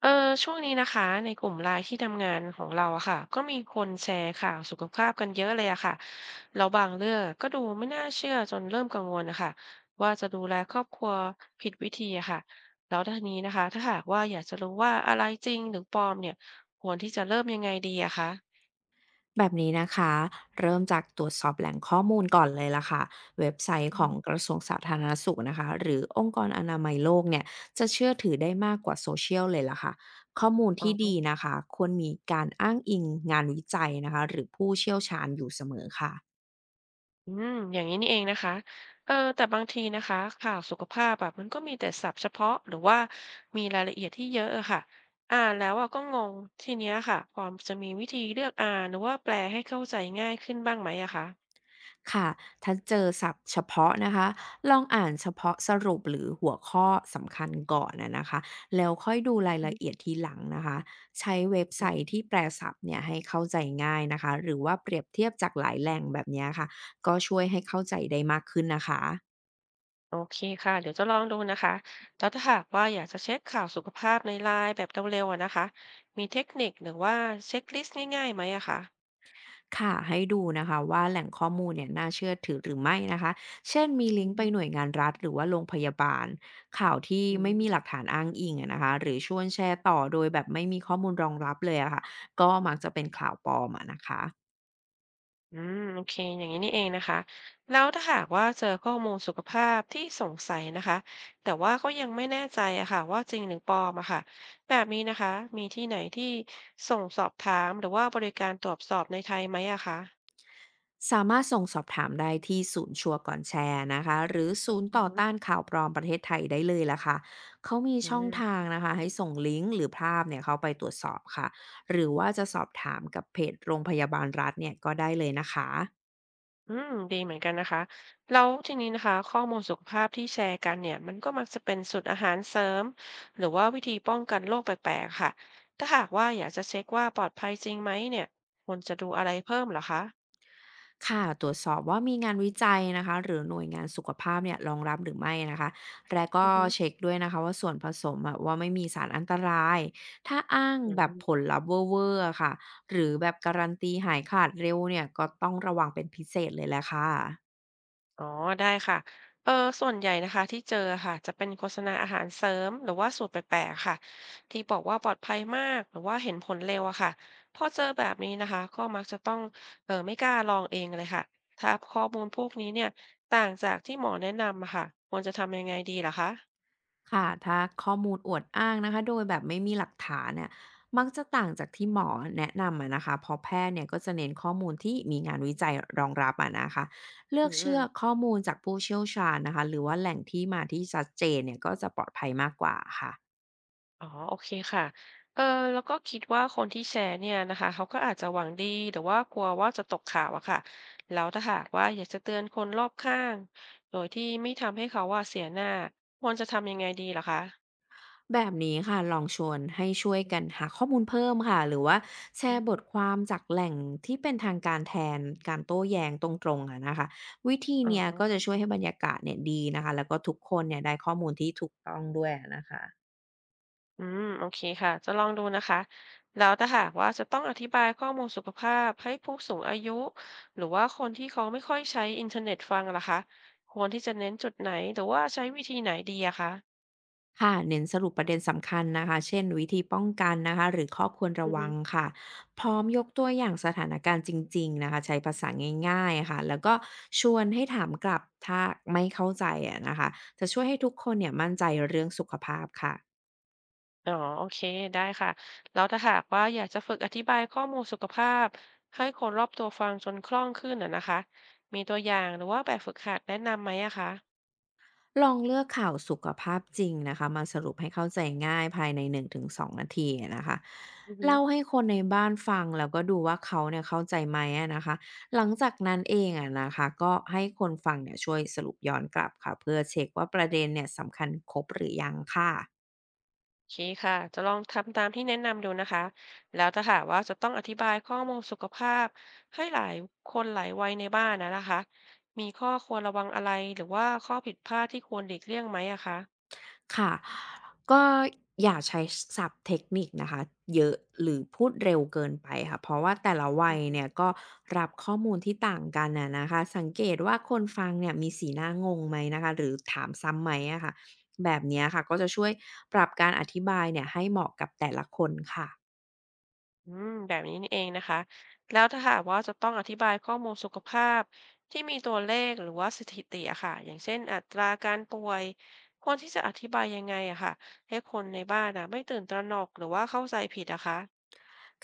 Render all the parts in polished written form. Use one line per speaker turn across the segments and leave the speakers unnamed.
เออช่วงนี้นะคะในกลุ่มไลน์ที่ทำงานของเราอะค่ะก็มีคนแชร์ข่าวสุขภาพกันเยอะเลยอะค่ะแล้วบางเรื่องก็ดูไม่น่าเชื่อจนเริ่มกังวลนะคะว่าจะดูแลครอบครัวผิดวิธีอะค่ะแล้วทีนี้นะคะถ้าหากว่าอยากจะรู้ว่าอะไรจริงหรือปลอมเนี่ยควรที่จะเริ่มยังไงดีอะคะ
แบบนี้นะคะเริ่มจากตรวจสอบแหล่งข้อมูลก่อนเลยล่ะค่ะเว็บไซต์
อ
ของ
ม
กระทรวงสาธารณสุขนะคะหรือองค์กรอนามัยโลกเนี่ยจะเชื่อถือได้มากกว่าโซเชียลเลยล่ะค่ะข้อมูล
อ๋อ
ที่ดีนะคะควรมีการอ้างอิงงานวิจัยนะคะหรือผู้เชี่ยวชาญอยู่เสมอค่ะ
อืมอย่างนี้นี่เองนะคะแต่บางทีนะคะข่าวสุขภาพอะมันก็มีแต่ศัพท์เฉพาะหรือว่ามีรายละเอียดที่เยอะอะค่ะอ่านแล้วอะก็งงทีเนี้ยค่ะพอจะมีวิธีเลือกอ่านหรือว่าแปลให้เข้าใจง่ายขึ้นบ้างไหมอะคะ
ค่ะถ้าเจอศัพท์เฉพาะนะคะลองอ่านเฉพาะสรุปหรือหัวข้อสำคัญก่อนนะคะแล้วค่อยดูรายละ
อื
เอียด
ม
ทีหลังนะคะใช้เว็บไซ
อื
ต์ที่
ม
แปลศัพท์เนี่ยให้เข้าใจง่ายนะคะหรือว่าเปรียบเทียบจากหลายแหล่งแบบเนี้ยค่ะก็ช่วยให้เข้าใจได้มากขึ้นนะคะ
โอเคค่ะเดี๋ยวจะลองดูนะคะแล้วถ้าหากว่าอยากจะเช็คข่าวสุขภาพในไลน์แบบเร็วๆอะนะคะมีเทคนิคหรือว่าเช็คลิสต์ง่ายๆไหมอะคะ
ค่ะให้ดูนะคะว่าแหล่งข้อมูลเนี่ยน่าเชื่อถือหรือไม่นะคะเช่นมี
อื
ลิง
มอ
ก์ไป
ฮึ
หน่วยงานรัฐหรือว่าโรงพยาบาลข่าวที่
อื
ไม่มีหลั
ม
กฐานอ้างอิงอะนะคะหรือชวนแชร์ต่อโดยแบบไม่มีข้อมูลรองรับเลยอะค่ะก็มักจะเป็นข่าวปลอมอะนะคะ
อืมโอเคอย่างนี้นี่เองนะคะแล้วถ้าหากว่าเจอข้อมูลสุขภาพที่สงสัยนะคะแต่ว่าก็ยังไม่แน่ใจอะค่ะว่าจริงหรือปลอมอะค่ะแบบนี้นะคะมีที่ไหนที่ส่งสอบถามหรือว่าบริการตรวจสอบในไทยไหมอะคะ
สามารถส่งสอบถามได้ที่ศูนย์ชัวร์ก่อนแชร์นะคะหรือศูนย์
อื
ต่
อ
อ
ฮึ
ต้านข่าวปลอมประเทศไทยได้เลยละค่ะเขามี
อื
ช่องทา
ม
งนะคะให้ส่งลิงก์หรือภาพเนี่ยเข้าไปตรวจสอบค่ะหรือว่าจะสอบถามกับเพจโรงพยาบาลรัฐเนี่ยก็ได้เลยนะคะ
อืมดีเหมือนกันนะคะแล้วทีนี้นะคะข้อมูลสุขภาพที่แชร์กันเนี่ยมันก็มักจะเป็นสูตรอาหารเสริมหรือว่าวิธีป้องกันโรคแปลกๆค่ะถ้าหากว่าอยากจะเช็คว่าปลอดภัยจริงไหมเนี่ยควรจะดูอะไรเพิ่มเหรอคะ
ค่ะตรวจสอบว่ามีงานวิจัยนะคะหรือหน่วยงานสุขภาพเนี่ยรองรับหรือไม่นะคะและก็
อือฮึ
เช็คด้วยนะคะว่าส่วนผสมอะว่าไม่มีสารอันตรายถ้าอ้าง
อื
แบบ
ม
ผลลัพธ์เวอร์ๆอะค่ะหรือแบบการันตีหายขาดเร็วเนี่ยก็ต้องระวังเป็นพิเศษเลยแหละค่ะ
อ๋อได้ค่ะเอ่อส่วนใหญ่นะคะที่เจออะค่ะจะเป็นโฆษณาอาหารเสริมหรือว่าสูตรแปลกๆค่ะที่บอกว่าปลอดภัยมากหรือว่าเห็นผลเร็วอะค่ะพอเจอแบบนี้นะคะก็มักจะต้องไม่กล้าลองเองเลยค่ะถ้าข้อมูลพวกนี้เนี่ยต่างจากที่หมอแนะนำอะค่ะควรจะทำยังไงดีเหรอคะ
ค่ะถ้าข้อมูลอวดอ้างนะคะโดยแบบไม่มีหลักฐานเนี่ยมักจะต่างจากที่หมอแนะนำอะนะคะเพราะแพทย์เนี่ยก็จะเน้นข้อมูลที่มีงานวิจัยรองรับอะนะคะเลื
อื
อกเชื่อ
ม
ข้อมูลจากผู้เชี่ยวชาญนะคะหรือว่าแหล่งที่มาที่ชัดเจนเนี่ยก็จะปลอดภัยมากกว่าค่ะ
อ๋อโอเคค่ะเออแล้วก็คิดว่าคนที่แชร์เนี่ยนะคะเขาก็อาจจะหวังดีแต่ว่ากลัวว่าจะตกข่าวอะค่ะ แล้วถ้าหากว่าอยากจะเตือนคนรอบข้างโดยที่ไม่ทำให้เขาว่าเสียหน้าควรจะทำยังไงดีล่ะคะ
แบบนี้ค่ะลองชวนให้ช่วยกันหาข้อมูลเพิ่มค่ะหรือว่าแช
อือ
ร์บ
ฮึ
ทความจากแหล่งที่เป็นทางการแทนการโต้แย้งตรงๆอะนะคะวิธี
อ๋อ
เนี้ยก็จะช่วยให้บรรยากาศเนี่ยดีนะคะแล้วก็ทุกคนเนี่ยได้ข้อมูลที่ถูกต้องด้วยนะคะ
อืมโอเคค่ะจะลองดูนะคะแล้วถ้าหากว่าจะต้องอธิบายข้อมูลสุขภาพให้ผู้สูงอายุหรือว่าคนที่เขาไม่ค่อยใช้อินเทอร์เน็ตฟังล่ะคะควรที่จะเน้นจุดไหนหรือว่าใช้วิธีไหนดีอะคะ
ค่ะเน้นสรุปประเด็นสำคัญนะคะเช่นวิธีป้องกันนะคะหรือข้อควร
อื
ระวัง
ม
ค่ะพร้อมยกตัวอย่างสถานการณ์จริงๆนะคะใช้ภาษาง่ายๆค่ะแล้วก็ชวนให้ถามกลับถ้าไม่เข้าใจอะนะคะจะช่วยให้ทุกคนเนี่ยมั่นใจเรื่องสุขภาพค่ะ
อ๋อโอเคได้ค่ะแล้วถ้าหากว่าอยากจะฝึกอธิบายข้อมูลสุขภาพให้คนรอบตัวฟังจนคล่องขึ้นอ่ะนะคะมีตัวอย่างหรือว่าแบบฝึกหัดแนะนำไหมอะคะ
ลองเลือกข่าวสุขภาพจริงนะคะมาสรุปให้เข้าใจง่ายภายใน1-2นงถึงสองนาทีนะคะ
อือฮึ
เล่าให้คนในบ้านฟังแล้วก็ดูว่าเขาเนี่ยเข้าใจไหมอะนะคะหลังจากนั้นเองอะนะคะก็ให้คนฟังเนี่ยช่วยสรุปย้อนกลับค่ะเพื่อเช็คว่าประเด็นเนี่ยสำคัญครบหรือยังค่ะ
โอเคค่ะจะลองทำตามที่แนะนำดูนะคะแล้วถ้าหากว่าจะต้องอธิบายข้อมูลสุขภาพให้หลายคนหลายวัยในบ้านนะนะคะมีข้อควรระวังอะไรหรือว่าข้อผิดพลาดที่ควรหลีกเลี่ยงไหมอะคะ
ค่ะก็อย่าใช้ศัพท์เทคนิคนะคะเยอะหรือพูดเร็วเกินไปค่ะเพราะว่าแต่ละวัยเนี่ยก็รับข้อมูลที่ต่างกันน่ะนะคะสังเกตว่าคนฟังเนี่ยมีสีหน้างงไหมนะคะหรือถามซ้ำไหมอะค่ะแบบเนี้ยค่ะก็จะช่วยปรับการอธิบายเนี่ยให้เหมาะกับแต่ละคนค่ะ
อืมแบบนี้นี่เองนะคะแล้วถ้าหากว่าจะต้องอธิบายข้อมูลสุขภาพที่มีตัวเลขหรือว่าสถิติอะค่ะอย่างเช่นอัตราการป่วยควรที่จะอธิบายยังไงอะค่ะให้คนในบ้านอะไม่ตื่นตระหนกหรือว่าเข้าใจผิดอะคะ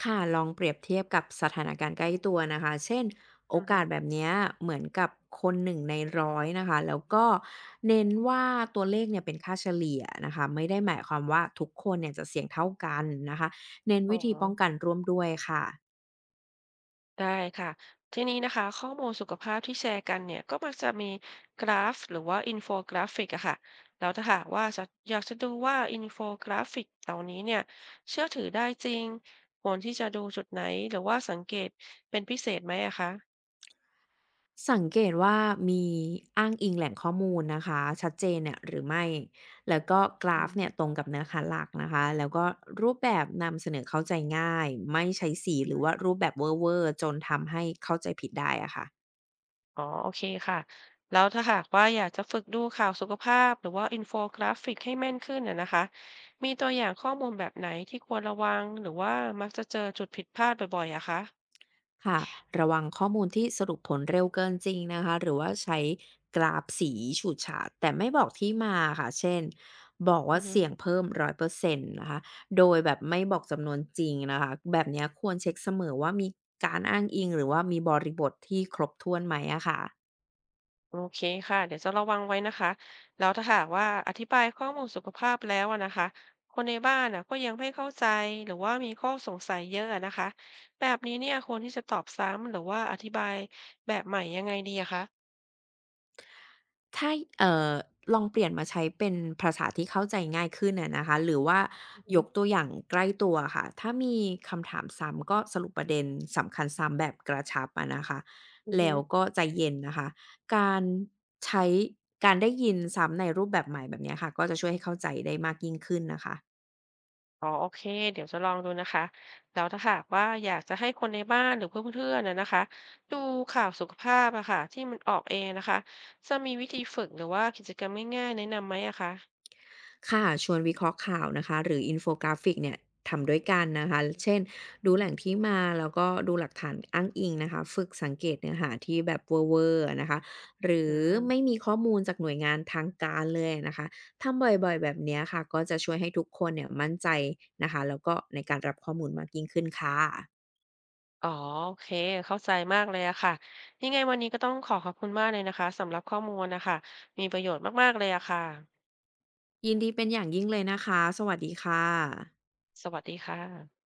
ค่ะลองเปรียบเทียบกับสถานการณ์ใกล้ตัวนะคะเช่นโอ
อือฮึ
กาสแบบเนี้ยเหมือนกับคนหนึ่งในร้อยนะคะแล้วก็เน้นว่าตัวเลขเนี่ยเป็นค่าเฉลี่ยนะคะไม่ได้หมายความว่าทุกคนเนี่ยจะเสี่ยงเท่ากันนะคะเน้น
อ๋อ
วิธีป้องกันร่วมด้วยค่ะ
ได้ค่ะทีนี้นะคะข้อมูลสุขภาพที่แชร์กันเนี่ยก็มักจะมีกราฟหรือว่าอินโฟกราฟิกอะค่ะแล้วถ้าหากว่าจะอยากจะดูว่าอินโฟกราฟิกเหล่านี้เนี่ยเชื่อถือได้จริงควรที่จะดูจุดไหนหรือว่าสังเกตเป็นพิเศษไหมอะคะ
สังเกตว่ามีอ้างอิงแหล่งข้อมูลนะคะชัดเจนเนี่ยหรือไม่แล้วก็ก
อื
ราฟ
ม
เนี่ยตรงกับเนื้อหาหลักนะคะแล้วก็รูปแบบนำเสนอเข้าใจง่ายไม่ใช้สีหรือว่า
อ
รูปแบบเวอร์ๆจนทำให้เข้าใจผิดได้อะค่ะ
๋อโอเคค่ะแล้วถ้าหากว่าอยากจะฝึกดูข่าวสุขภาพหรือว่าอินโฟกราฟิกให้แม่นขึ้นอะนะคะมีตัวอย่างข้อมูลแบบไหนที่ควรระวังหรือว่ามักจะเจอจุดผิดพลาดบ่อยๆอะคะ
ค่ะระวังข้อมูลที่สรุปผลเร็วเกินจริงนะคะหรือว่าใช้กราฟสีฉูดฉาดแต่ไม่บอกที่มาค่ะเช่นบอก
อื
ว่าเสี่ยง
ม
เพิ่ม100%นต์นะคะโดยแบบไม่บอกจำนวนจริงนะคะแบบเนี้ยควรเช็คเสมอว่ามีการอ้างอิงหรือว่ามีบริบทที่ครบถ้วนไหมอะค่ะ
โอเคค่ะเดี๋ยวจะระวังไว้นะคะแล้วถ้าหากว่าอธิบายข้อมูลสุขภาพแล้วอะนะคะคนในบ้านอะก็ยังไม่เข้าใจหรือว่ามีข้อสงสัยเยอะอะนะคะแบบนี้เนี่ยควรที่จะตอบซ้ำหรือว่าอธิบายแบบใหม่ยังไงดีอะคะ
ถ้าเอ่อลองเปลี่ยนมาใช้เป็นภาษาที่เข้าใจง่ายขึ้นอะนะคะหรือว่า
อือฮึ
ยกตัวอย่างใกล้ตัวค่ะถ้ามีคำถามซ้ำก็สรุปประเด็นสำคัญซ้ำแบบกระชับอะนะคะ
อือ
แล้
ฮึ
วก็ใจเย็นนะคะการใช้การได้ยินซ้ำในรูปแบบใหม่แบบเนี้ยค่ะก็จะช่วยให้เข้าใจได้มากยิ่งขึ้นนะคะ
อ๋อโอเคเดี๋ยวจะลองดูนะคะแล้วถ้าหากว่าอยากจะให้คนในบ้านหรือเพื่อนๆนะนะคะดูข่าวสุขภาพอะค่ะที่มันออกเองนะคะจะมีวิธีฝึกหรือว่ากิจกรรมง่ายๆแนะนำไหมอะคะ
ค่ะชวนวิเคราะห์ข่าวนะคะหรืออินโฟกราฟิกเนี่ยทำด้วยกันนะคะเช่น
อื
ดู
อ
แห
ฮึ
ล่งที่มาแล้วก็ดูหลักฐานอ้างอิงนะคะฝึกสังเกตเนื้อหาที่แบบเวอร์ๆอนะคะหรื
อื
อไม่
ม
มีข้อมูลจากหน่วยงานทางการเลยนะคะทำบ่อยๆแบบเนี้ยค่ะก็จะช่วยให้ทุกคนเนี่ยมั่นใจนะคะแล้วก็ในการรับข้อมูลมากยิ่งขึ้นค่ะ
อ๋อโอเคเข้าใจมากเลยอะค่ะยังไงวันนี้ก็ต้องขอขอบคุณมากเลยนะคะสำหรับข้อมูลนะคะมีประโยชน์มากๆเลยอะค่ะ
ยินดีเป็นอย่างยิ่งเลยนะคะสวัสดีค่ะ
สวัสดีค่ะ